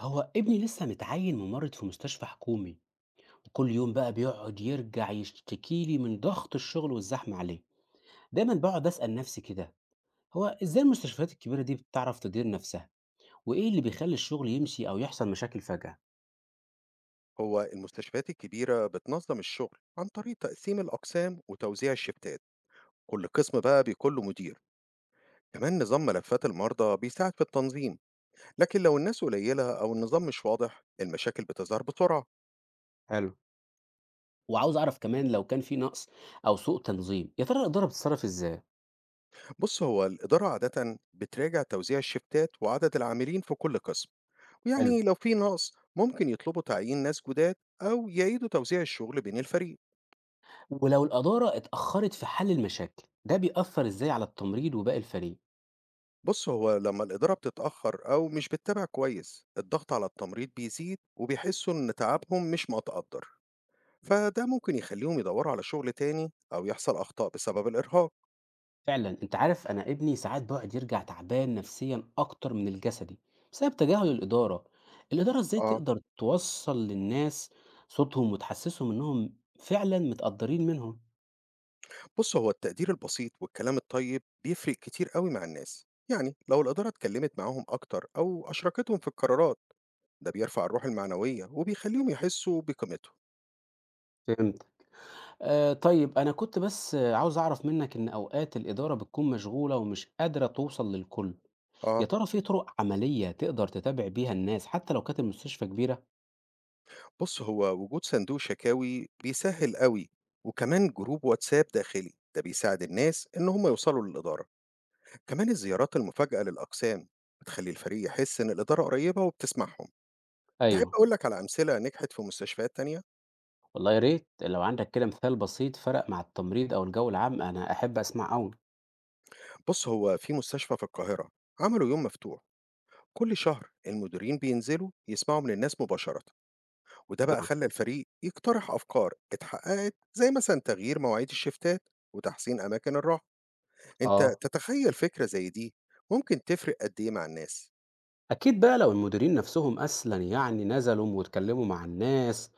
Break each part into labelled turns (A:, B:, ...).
A: هو ابني لسه متعين ممرض في مستشفى حكومي، وكل يوم بقى بيقعد يرجع يشتكي لي من ضغط الشغل والزحمة عليه. دايما بقعد أسأل نفسي كده، هو ازاي المستشفيات الكبيرة دي بتعرف تدير نفسها؟ وايه اللي بيخلي الشغل يمشي او يحصل مشاكل فجأة؟
B: هو المستشفيات الكبيرة بتنظم الشغل عن طريق تقسيم الأقسام وتوزيع الشفتات. كل قسم بقى بيكون له مدير، كمان نظام ملفات المرضى بيساعد في التنظيم. لكن لو الناس قليلة أو النظام مش واضح، المشاكل بتظهر بسرعة.
A: حلو. وعاوز اعرف كمان لو كان في نقص او سوء تنظيم، يا ترى الإدارة بتتصرف ازاي؟
B: بص، هو الإدارة عادة بتراجع توزيع الشفتات وعدد العاملين في كل قسم،
A: حلو.
B: ويعني لو في نقص ممكن يطلبوا تعيين ناس جداد، أو يعيدوا توزيع الشغل بين الفريق.
A: ولو الإدارة اتأخرت في حل المشاكل ده بيأثر ازاي على التمريض وباقي الفريق؟
B: بص، هو لما الإدارة بتتأخر أو مش بتتابع كويس، الضغط على التمريض بيزيد وبيحسوا إن تعبهم مش متقدر، فده ممكن يخليهم يدوروا على شغل تاني أو يحصل أخطاء بسبب الإرهاق.
A: فعلا انت عارف انا ابني ساعات بيقعد يرجع تعبان نفسيا اكتر من الجسدي بسبب تجاهل الاداره. الاداره ازاي
B: اه،
A: تقدر توصل للناس صوتهم وتحسسهم انهم فعلا متقدرين منهم؟
B: بص، هو التقدير البسيط والكلام الطيب بيفرق كتير قوي مع الناس. يعني لو الإدارة اتكلمت معاهم أكتر أو أشركتهم في القرارات، ده بيرفع الروح المعنوية وبيخليهم يحسوا بقيمتهم.
A: فهمت. آه طيب انا كنت بس عاوز اعرف منك ان اوقات الاداره بتكون مشغوله ومش قادره توصل للكل. يا
B: آه،
A: ترى في طرق عمليه تقدر تتابع بيها الناس حتى لو كانت المستشفى كبيره؟
B: بص، هو وجود صندوق شكاوي بيسهل قوي، وكمان جروب واتساب داخلي ده بيساعد الناس ان هم يوصلوا للإدارة. كمان الزيارات المفاجئة للأقسام بتخلي الفريق يحس ان الإدارة قريبة وبتسمعهم. تحب
A: ايوه.
B: اقول لك على أمثلة نجحت في مستشفيات تانية؟
A: والله يا ريت لو عندك كده مثال بسيط فرق مع التمريض او الجو العام، انا احب اسمع قوي.
B: بص، هو في مستشفى في القاهرة عملوا يوم مفتوح، كل شهر المديرين بينزلوا يسمعوا من الناس مباشرة، وده بقى خلى الفريق يقترح أفكار اتحققت، زي مثلا تغيير مواعيد الشفتات وتحسين أماكن الراحة. أنت
A: آه،
B: تتخيّل فكرة زي دي ممكن تفرق قد إيه مع الناس؟
A: أكيد بقى لو المديرين نفسهم أصلًا يعني نزلوا واتكلموا مع الناس،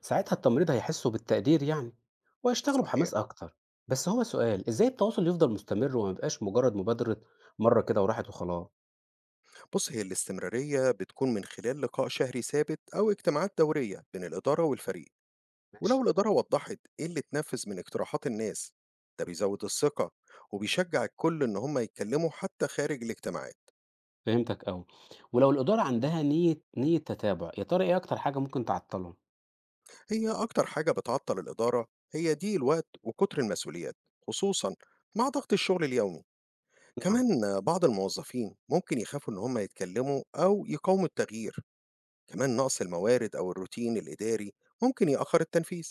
A: ساعتها التمريض هيحسوا بالتقدير يعني، وهيشتغلوا
B: صحيح.
A: بحماس أكتر. بس هو سؤال، إزاي التواصل يفضل مستمر وما يبقاش مجرد مبادرة مرة كده وراحت وخلاص؟
B: بُص، هي الاستمرارية بتكون من خلال لقاء شهري ثابت أو اجتماعات دورية بين الإدارة والفريق، ولو
A: ماشي.
B: الإدارة وضّحت إيه اللي اتنفّذ من اقتراحات الناس، ده بيزوّد الثقة وبيشجّع الكل إن هم يتكلّموا حتى خارج الاجتماعات.
A: فهمتك أوي. ولو الإدارة عندها نية تتابع، يا ترى إيه أكتر حاجة ممكن تعطلهم؟
B: هي أكتر حاجة بتعطّل الإدارة هي ضيق الوقت وكُتر المسؤوليات، خصوصًا مع ضغط الشغل اليومي.
A: نعم.
B: كمان بعض الموظفين ممكن يخافوا إن هم يتكلّموا أو يقاوموا التغيير. كمان نقص الموارد أو الروتين الإداري ممكن يأخر التنفيذ.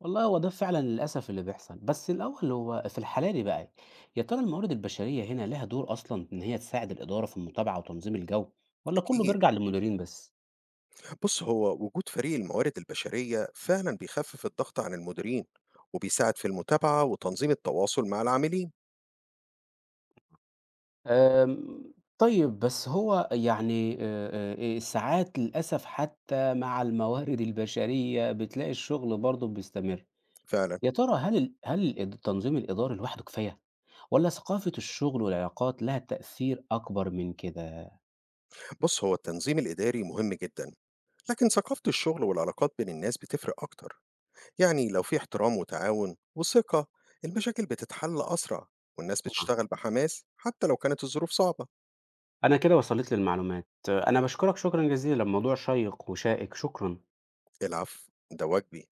A: والله هو ده فعلا للأسف اللي بيحصل. بس الأول هو في الحالة دي بقى يا ترى الموارد البشرية هنا لها دور أصلا إن هي تساعد الإدارة في المتابعة وتنظيم الجو، ولا كله
B: أكيد.
A: بيرجع للمديرين بس؟
B: بص، هو وجود فريق الموارد البشرية فعلا بيخفف الضغط عن المديرين وبيساعد في المتابعة وتنظيم التواصل مع العاملين.
A: طيب بس هو يعني أه، أه، ساعات للأسف حتى مع الموارد البشرية بتلاقي الشغل برضه بيستمر.
B: فعلا.
A: يا ترى هل التنظيم الإداري لوحده كفاية، ولا ثقافة الشغل والعلاقات لها تأثير أكبر من كده؟
B: بص، هو التنظيم الإداري مهم جدا، لكن ثقافة الشغل والعلاقات بين الناس بتفرق أكتر. يعني لو في احترام وتعاون وثقة، المشاكل بتتحل أسرع، والناس بتشتغل بحماس حتى لو كانت الظروف صعبة.
A: أنا كده وصلت لي المعلومات. أنا بشكرك شكرا جزيلا، موضوع شيق وشائك، شكرا.
B: العفو، ده واجبي.